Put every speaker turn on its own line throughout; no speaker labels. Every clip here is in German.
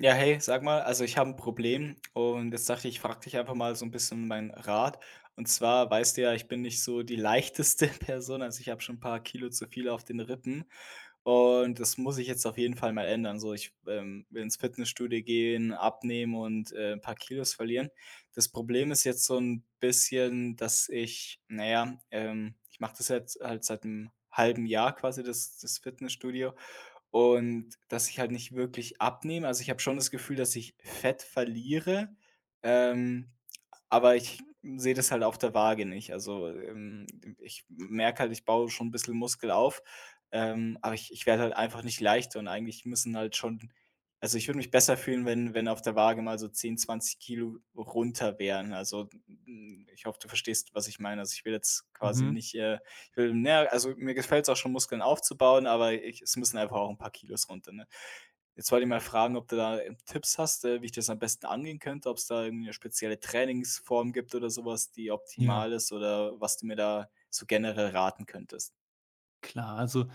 Ja, hey, sag mal, also ich habe ein Problem und jetzt dachte ich, ich frage dich einfach mal so ein bisschen meinen Rat. Und zwar weißt du ja, ich bin nicht so die leichteste Person, also ich habe schon ein paar Kilo zu viel auf den Rippen und das muss ich jetzt auf jeden Fall mal ändern. So, ich, will ins Fitnessstudio gehen, abnehmen und 'n paar Kilos verlieren. Das Problem ist jetzt so ein bisschen, dass ich naja, ich mache das jetzt halt seit einem halben Jahr quasi das Fitnessstudio und dass ich halt nicht wirklich abnehme. Also, ich habe schon das Gefühl, dass ich Fett verliere, ähm, aber ich sehe das halt auf der Waage nicht. Also, ich merke halt, ich baue schon ein bisschen Muskel auf, aber ich werde halt einfach nicht leichter und eigentlich müssen halt schon also, ich würde mich besser fühlen, wenn auf der Waage mal so 10, 20 Kilo runter wären. Also, ich hoffe, du verstehst, was ich meine. Also, ich will jetzt quasi
Mhm.
nicht, na ja, also mir gefällt es auch schon, Muskeln aufzubauen, aber ich es müssen einfach auch ein paar Kilos runter, ne? Jetzt wollte ich mal fragen, ob du da, Tipps hast, wie ich das am besten angehen könnte, ob es da irgendwie 'ne spezielle Trainingsform gibt oder sowas, die
Ja.
optimal ist oder was du mir da so generell raten könntest?
Klar, also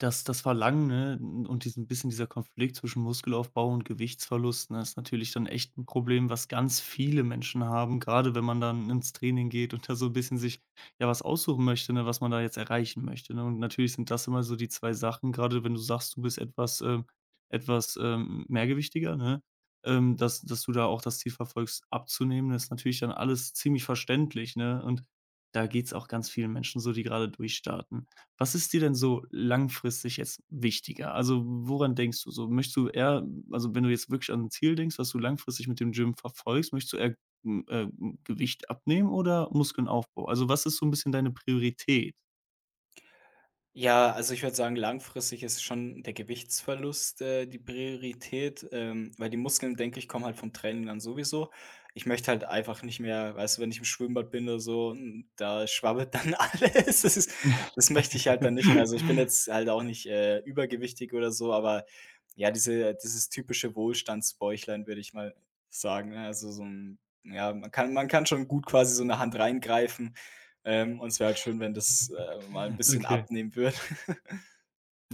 das Verlangen, ne, und diesen bisschen dieser Konflikt zwischen Muskelaufbau und Gewichtsverlust, ne, ist natürlich dann echt ein Problem, was ganz viele Menschen haben. Gerade wenn man dann ins Training geht und da so ein bisschen sich, ja, was aussuchen möchte, ne, was man da jetzt erreichen möchte, ne? Und natürlich sind das immer so die 2 Sachen. Gerade wenn du sagst, du bist etwas, etwas, mehrgewichtiger, ne, dass du da auch das Ziel verfolgst, abzunehmen, ist natürlich dann alles ziemlich verständlich, ne? Und da geht's auch ganz vielen Menschen so, die gerade durchstarten. Was ist dir denn so langfristig jetzt wichtiger? Also, woran denkst du so? Möchtest du eher also, wenn du jetzt wirklich an 'n Ziel denkst, was du langfristig mit dem Gym verfolgst, möchtest du eher, Gewicht abnehmen oder Muskelaufbau? Also, was ist so ein bisschen deine Priorität?
Ja, also ich würde sagen, langfristig ist schon der Gewichtsverlust, die Priorität, weil die Muskeln, denke ich, kommen halt vom Training dann sowieso. Ich möchte halt einfach nicht mehr, weißt du, wenn ich im Schwimmbad bin oder so, da schwabbelt dann alles. Das ist, das möchte ich halt dann nicht mehr. Also ich bin jetzt halt auch nicht übergewichtig oder so, aber ja, dieses typische Wohlstandsbäuchlein, würde ich mal sagen. Ne? Also so ein, ja, man kann schon gut quasi so eine Hand reingreifen. Und es wäre halt schön, wenn das, mal ein bisschen
Okay.
abnehmen würde.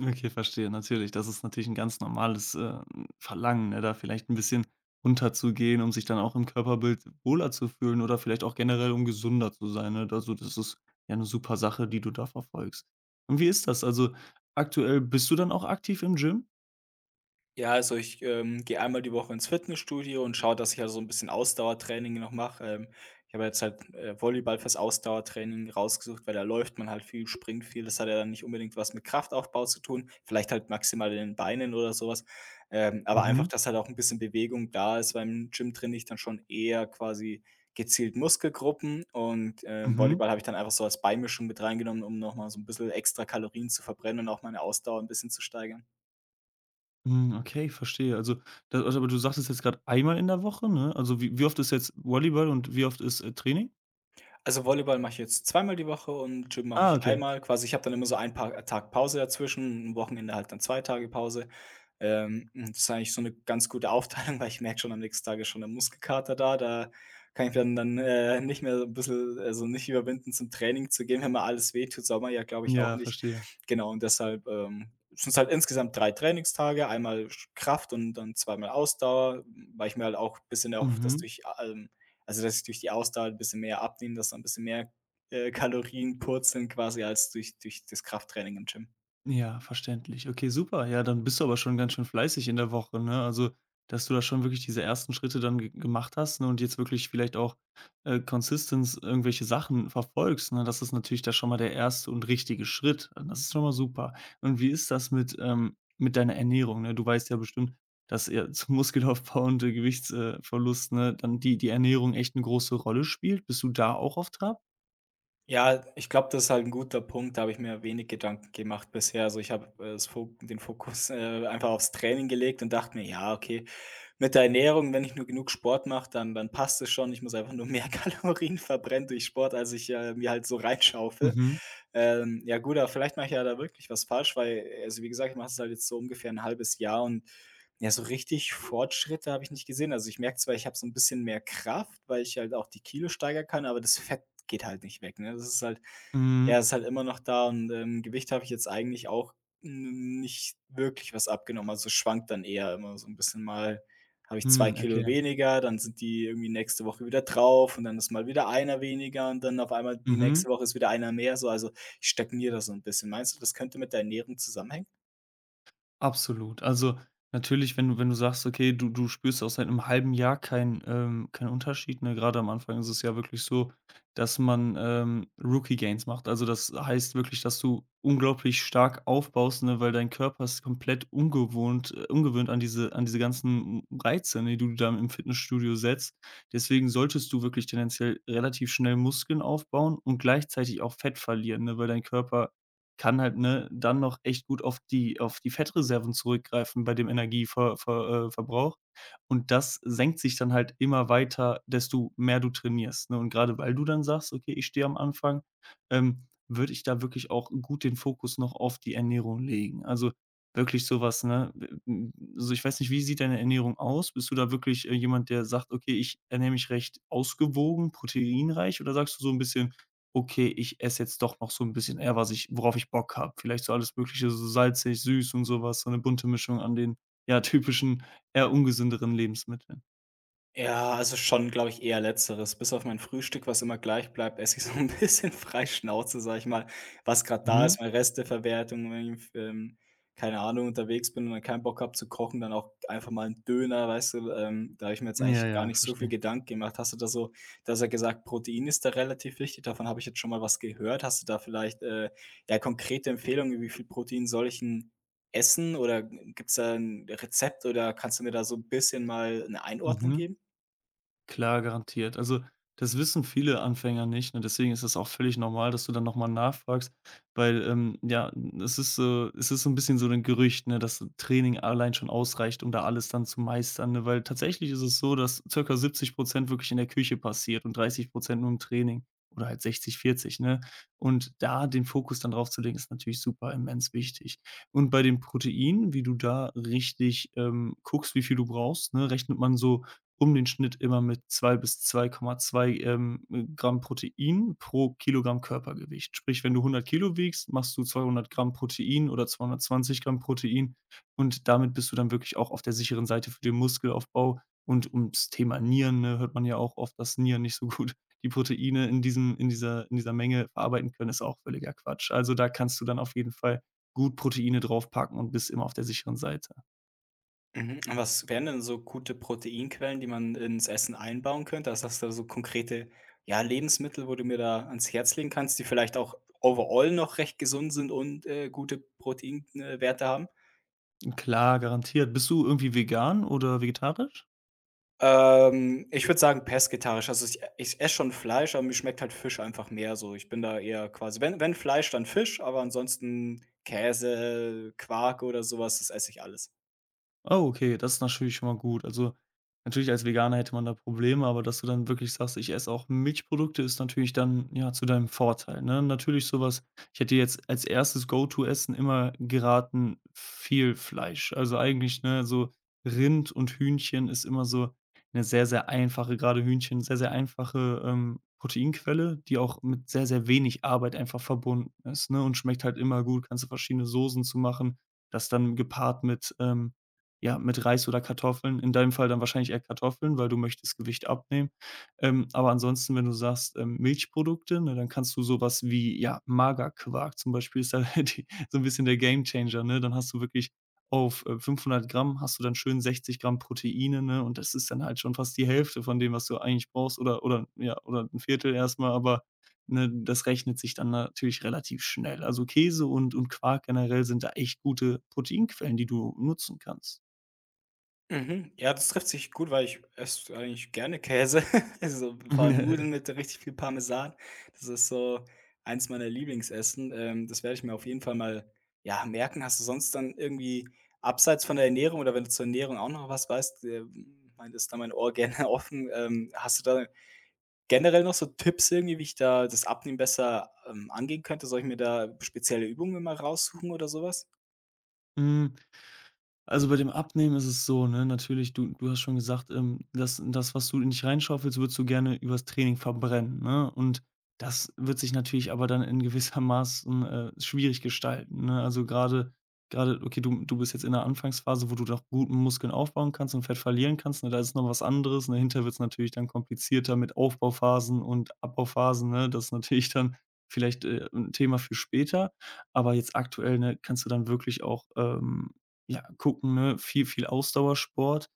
Okay, verstehe, natürlich. Das ist natürlich ein ganz normales, Verlangen, ne, da vielleicht ein bisschen runterzugehen, um sich dann auch im Körperbild wohler zu fühlen oder vielleicht auch generell, um gesunder zu sein, ne? Also, das ist ja eine super Sache, die du da verfolgst. Und wie ist das? Also, aktuell bist du dann auch aktiv im Gym?
Ja, also ich, gehe einmal die Woche ins Fitnessstudio und schaue, dass ich also so ein bisschen Ausdauertraining noch mache. Ich habe jetzt halt, Volleyball fürs Ausdauertraining rausgesucht, weil da läuft man halt viel, springt viel. Das hat ja dann nicht unbedingt was mit Kraftaufbau zu tun, vielleicht halt maximal in den Beinen oder sowas. Aber einfach,
Mhm.
dass halt auch ein bisschen Bewegung da ist, beim Gym trainiere ich dann schon eher quasi gezielt Muskelgruppen und,
Mhm.
Volleyball habe ich dann einfach so als Beimischung mit reingenommen, um noch mal so ein bisschen extra Kalorien zu verbrennen und auch meine Ausdauer ein bisschen zu steigern.
Hm, okay, verstehe. Also, da also, aber du sagtest jetzt gerade einmal in der Woche, ne? Also, wie oft ist jetzt Volleyball und wie oft ist, Training?
Also, Volleyball mache ich jetzt zweimal die Woche und Gym mache
Ah,
ich
okay.
einmal. Quasi, ich habe dann immer so einen Pa Tag Pause dazwischen, am Wochenende halt dann 2 Tage Pause. Und das ist eigentlich so eine ganz gute Aufteilung, weil ich merke schon am nächsten Tag ist schon der Muskelkater da. Da kann ich dann, nicht mehr so 'n bisschen also, nicht überwinden, zum Training zu gehen, wenn mir alles wehtut. Sommer ja, glaube ich, auch
Ja,
nicht.
verstehe.
Genau, und deshalb, sind es halt insgesamt 3 Trainingstage, einmal Kraft und dann zweimal Ausdauer, weil ich mir halt auch ein bisschen erhoffe,
Mhm.
dass ich durch die Ausdauer ein bisschen mehr abnehme, dass da ein bisschen mehr, Kalorien purzeln quasi als durch das Krafttraining im Gym.
Ja, verständlich. Okay, super. Ja, dann bist du aber schon ganz schön fleißig in der Woche, ne? Also, dass du da schon wirklich diese ersten Schritte dann ge gemacht hast, ne, und jetzt wirklich vielleicht auch, consistence irgendwelche Sachen verfolgst, ne? Das ist natürlich da schon mal der erste und richtige Schritt. Und das ist schon mal super. Und wie ist das mit deiner Ernährung, ne? Du weißt ja bestimmt, dass ja zum Muskelaufbau und, Gewichts Verlust, ne, dann die Ernährung echt 'ne große Rolle spielt. Bist du da auch auf Trab?
Ja, ich glaube, das ist halt ein guter Punkt, da habe ich mir wenig Gedanken gemacht bisher. Also, ich habe, das Fo den Fokus, einfach aufs Training gelegt und dachte mir: „Ja, okay, mit der Ernährung, wenn ich nur genug Sport mache, dann passt es schon. Ich muss einfach nur mehr Kalorien verbrennen durch Sport, als ich, mir halt so reinschaufel.
Mhm.
Ja gut, aber vielleicht mache ich ja da wirklich was falsch, weil also, wie gesagt, ich mache es halt jetzt so ungefähr ein halbes Jahr und ja, so richtig Fortschritte habe ich nicht gesehen. Also, ich merke zwar, ich habe so 'n bisschen mehr Kraft, weil ich halt auch die Kilo steigern kann, aber das Fett geht halt nicht weg, ne? Das ist halt ja,
Mhm.
ist halt immer noch da und, Gewicht habe ich jetzt eigentlich auch n nicht wirklich was abgenommen. Also, es schwankt dann eher immer so 'n bisschen. Mal habe ich 2
Mhm.
Kilo
Okay.
weniger, dann sind die irgendwie nächste Woche wieder drauf und dann ist mal wieder einer weniger und dann auf einmal die
Mhm.
nächste Woche ist wieder einer mehr so. Also, ich stagniere da so 'n bisschen. Meinst du, das könnte mit der Ernährung zusammenhängen?
Absolut. Also, natürlich, wenn du wenn du sagst, okay, du spürst auch seit einem halben Jahr keinen, keinen Unterschied, ne? Gerade am Anfang ist es ja wirklich so, dass man, Rookie Gains macht. Also, das heißt wirklich, dass du unglaublich stark aufbaust, ne, weil dein Körper ist komplett ungewohnt ungewöhnt an diese ganzen Reize, ne, die du da im Fitnessstudio setzt. Deswegen solltest du wirklich tendenziell relativ schnell Muskeln aufbauen und gleichzeitig auch Fett verlieren, ne, weil dein Körper kann halt, ne, dann noch echt gut auf die Fettreserven zurückgreifen bei dem Energiever Ver Verbrauch. Und das senkt sich dann halt immer weiter, desto mehr du trainierst, ne? Und grade weil du dann sagst: „Okay, ich stehe am Anfang“, würde ich da wirklich auch gut den Fokus noch auf die Ernährung legen. Also, wirklich so was, ne? W m Also, ich weiß nicht, wie sieht deine Ernährung aus? Bist du da wirklich, jemand, der sagt: „Okay, ich ernähre mich recht ausgewogen, proteinreich“, oder sagst du so 'n bisschen okay, ich esse jetzt doch noch so ein bisschen eher, was ich worauf ich Bock habe. Vielleicht so alles Mögliche, so salzig, süß und sowas, so eine bunte Mischung an den, ja, typischen, eher ungesünderen Lebensmitteln.
Ja, also schon, glaube ich, eher Letzteres. Bis auf mein Frühstück, was immer gleich bleibt, esse ich so ein bisschen frei Schnauze, sag ich mal, was gerade da
Mhm.
ist, meine Resteverwertung, wenn ich, keine Ahnung, unterwegs bin und dann keinen Bock habe zu kochen, dann auch einfach mal 'n Döner, weißt du? Da habe ich mir jetzt
Ja,
eigentlich gar
ja,
nicht so viel
verstehe.
Gedanken gemacht. Hast du da so du hast du ja gesagt, Protein ist da relativ wichtig, davon habe ich jetzt schon mal was gehört. Hast du da vielleicht, ja, konkrete Empfehlungen, wie viel Protein soll ich 'n essen oder gibt es da ein Rezept oder kannst du mir da so ein bisschen mal eine Einordnung
Mhm.
geben?
Klar, garantiert. Also, das wissen viele Anfänger nicht, ne? Deswegen ist es auch völlig normal, dass du dann noch mal nachfragst, weil, ja, es ist so ein bisschen so ein Gerücht, ne, dass Training allein schon ausreicht, um da alles dann zu meistern, ne? Weil tatsächlich ist es so, dass circa 70% wirklich in der Küche passiert und 30% nur im Training oder halt 60, 40, ne? Und da den Fokus dann drauf zu legen, ist natürlich super immens wichtig. Und bei den Proteinen, wie du da richtig, guckst, wie viel du brauchst, ne, rechnet man so um den Schnitt immer mit 2 bis 2,2, Gramm Protein pro Kilogramm Körpergewicht. Sprich, wenn du 100 Kilo wiegst, machst du 200 Gramm Protein oder 220 Gramm Protein und damit bist du dann wirklich auch auf der sicheren Seite für den Muskelaufbau. Und ums Thema Nieren, ne, hört man ja auch oft, dass Nieren nicht so gut die Proteine in diesem in dieser Menge verarbeiten können, ist auch völliger Quatsch. Also, da kannst du dann auf jeden Fall gut Proteine draufpacken und bist immer auf der sicheren Seite.
Mhm, und was wären denn so gute Proteinquellen, die man ins Essen einbauen könnte? Also, hast du da so konkrete, ja, Lebensmittel, wo du mir da ans Herz legen kannst, die vielleicht auch overall noch recht gesund sind und, gute Proteinwerte haben?
Klar, garantiert. Bist du irgendwie vegan oder vegetarisch?
Ich würde sagen pesketarisch. Also, ich esse schon Fleisch, aber mir schmeckt halt Fisch einfach mehr so. Ich bin da eher quasi wenn Fleisch, dann Fisch, aber ansonsten Käse, Quark oder sowas das esse ich alles.
Oh, okay, das ist natürlich schon mal gut. Also, natürlich als Veganer hätte man da Probleme, aber dass du dann wirklich sagst: „Ich esse auch Milchprodukte“, ist natürlich dann, ja, zu deinem Vorteil, ne? Natürlich sowas, ich hätte jetzt als erstes Go-to-Essen immer geraten, viel Fleisch. Also, eigentlich, ne, so Rind und Hühnchen ist immer so eine sehr, sehr einfache gerade Hühnchen, sehr, sehr einfache, Proteinquelle, die auch mit sehr, sehr wenig Arbeit einfach verbunden ist, ne, und schmeckt halt immer gut. Kannst du verschiedene Soßen zu machen, das dann gepaart mit, ja, mit Reis oder Kartoffeln. In deinem Fall dann wahrscheinlich eher Kartoffeln, weil du möchtest Gewicht abnehmen. Aber ansonsten, wenn du sagst, Milchprodukte, ne, dann kannst du sowas wie, ja, Magerquark zum Beispiel ist da die so ein bisschen der Gamechanger, ne? Dann hast du wirklich auf, 500 Gramm hast du dann schön 60 Gramm Proteine, ne? Und das ist dann halt schon fast die Hälfte von dem, was du eigentlich brauchst oder ja, oder ein Viertel erstmal aber, ne, das rechnet sich dann natürlich relativ schnell. Also Käse und Quark generell sind da echt gute Proteinquellen, die du nutzen kannst.
Mhm. Ja, das trifft sich gut, weil ich esse eigentlich gerne Käse. Also, vor allem Nudeln mit richtig viel Parmesan. Das ist so eins meiner Lieblingsessen. Das werde ich mir auf jeden Fall mal, ja, merken. Hast du sonst dann irgendwie abseits von der Ernährung oder wenn du zur Ernährung auch noch was weißt, ist da mein Ohr gerne offen. Hast du da generell noch so Tipps irgendwie, wie ich da das Abnehmen besser, angehen könnte? Soll ich mir da spezielle Übungen mal raussuchen oder sowas?
Hm, also, bei dem Abnehmen ist es so, ne, natürlich, du hast schon gesagt, das das, was du in dich reinschaufelst, würdest du gerne übers Training verbrennen, ne? Und das wird sich natürlich aber dann in gewissermaßen, schwierig gestalten, ne? Also, gerade, okay, du bist jetzt in der Anfangsphase, wo du noch guten Muskeln aufbauen kannst und Fett verlieren kannst, ne? Da ist noch was anderes, ne? Dahinter wird es natürlich dann komplizierter mit Aufbauphasen und Abbauphasen, ne? Das ist natürlich dann vielleicht, 'n Thema für später, aber jetzt aktuell, ne, kannst du dann wirklich auch, ja, gucken, ne? Viel, viel Ausdauersport,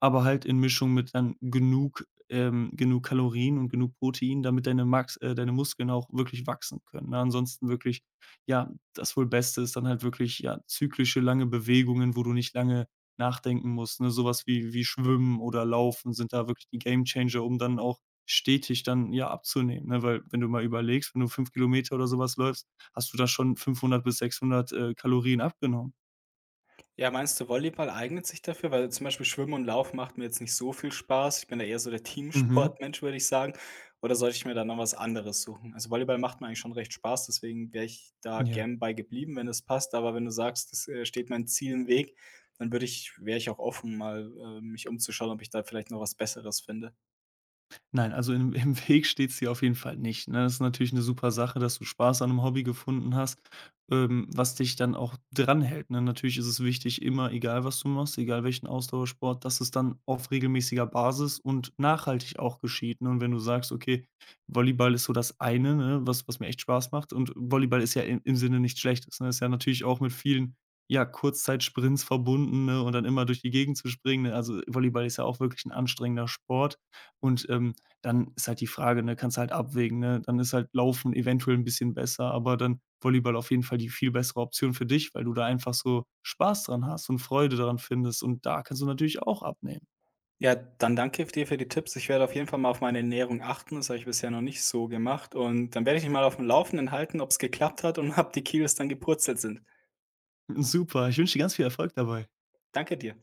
aber halt in Mischung mit dann genug genug Kalorien und genug Protein, damit deine Max deine Muskeln auch wirklich wachsen können, ne? Ansonsten wirklich, ja, das wohl Beste ist dann halt wirklich, ja, zyklische, lange Bewegungen, wo du nicht lange nachdenken musst, ne? Sowas wie Schwimmen oder Laufen sind da wirklich die Game Changer, um dann auch stetig dann, ja, abzunehmen, ne? Weil wenn du mal überlegst, wenn du 5 Kilometer oder sowas läufst, hast du da schon 500 bis 600 Kalorien abgenommen.
Ja, meinst du, Volleyball eignet sich dafür? Weil zum Beispiel Schwimmen und Laufen macht mir jetzt nicht so viel Spaß. Ich bin da eher so der
Mhm.
Teamsportmensch, würde ich sagen. Oder sollte ich mir da noch was anderes suchen? Also Volleyball macht mir eigentlich schon recht Spaß, deswegen wäre ich da
Ja.
gern bei geblieben, wenn es passt. Aber wenn du sagst, das steht mein Ziel im Weg, dann würde ich, wäre ich auch offen, mal mich umzuschauen, ob ich da vielleicht noch was Besseres finde.
Nein, also im im Weg steht's dir auf jeden Fall nicht, ne? Das ist natürlich eine super Sache, dass du Spaß an einem Hobby gefunden hast, was dich dann auch dranhält, ne? Natürlich ist es wichtig, immer, egal was du machst, egal welchen Ausdauersport, dass es dann auf regelmäßiger Basis und nachhaltig auch geschieht, ne? Und wenn du sagst: „Okay, Volleyball ist so das eine, ne, was mir echt Spaß macht“ und Volleyball ist ja im im Sinne nichts Schlechtes, ne? Ist ja natürlich auch mit vielen, ja, Kurzzeitsprints verbunden, ne, und dann immer durch die Gegend zu springen, ne? Also, Volleyball ist ja auch wirklich ein anstrengender Sport und, dann ist halt die Frage, ne, kannst halt abwägen, ne? Dann ist halt Laufen eventuell ein bisschen besser, aber dann Volleyball auf jeden Fall die viel bessere Option für dich, weil du da einfach so Spaß dran hast und Freude daran findest und da kannst du natürlich auch abnehmen.
Ja, dann danke dir für die Tipps. Ich werde auf jeden Fall mal auf meine Ernährung achten. Das habe ich bisher noch nicht so gemacht. Und dann werde ich mich mal auf dem Laufenden halten, ob es geklappt hat und ob die Kilos dann gepurzelt sind.
Super, ich wünsche dir ganz viel Erfolg dabei.
Danke dir.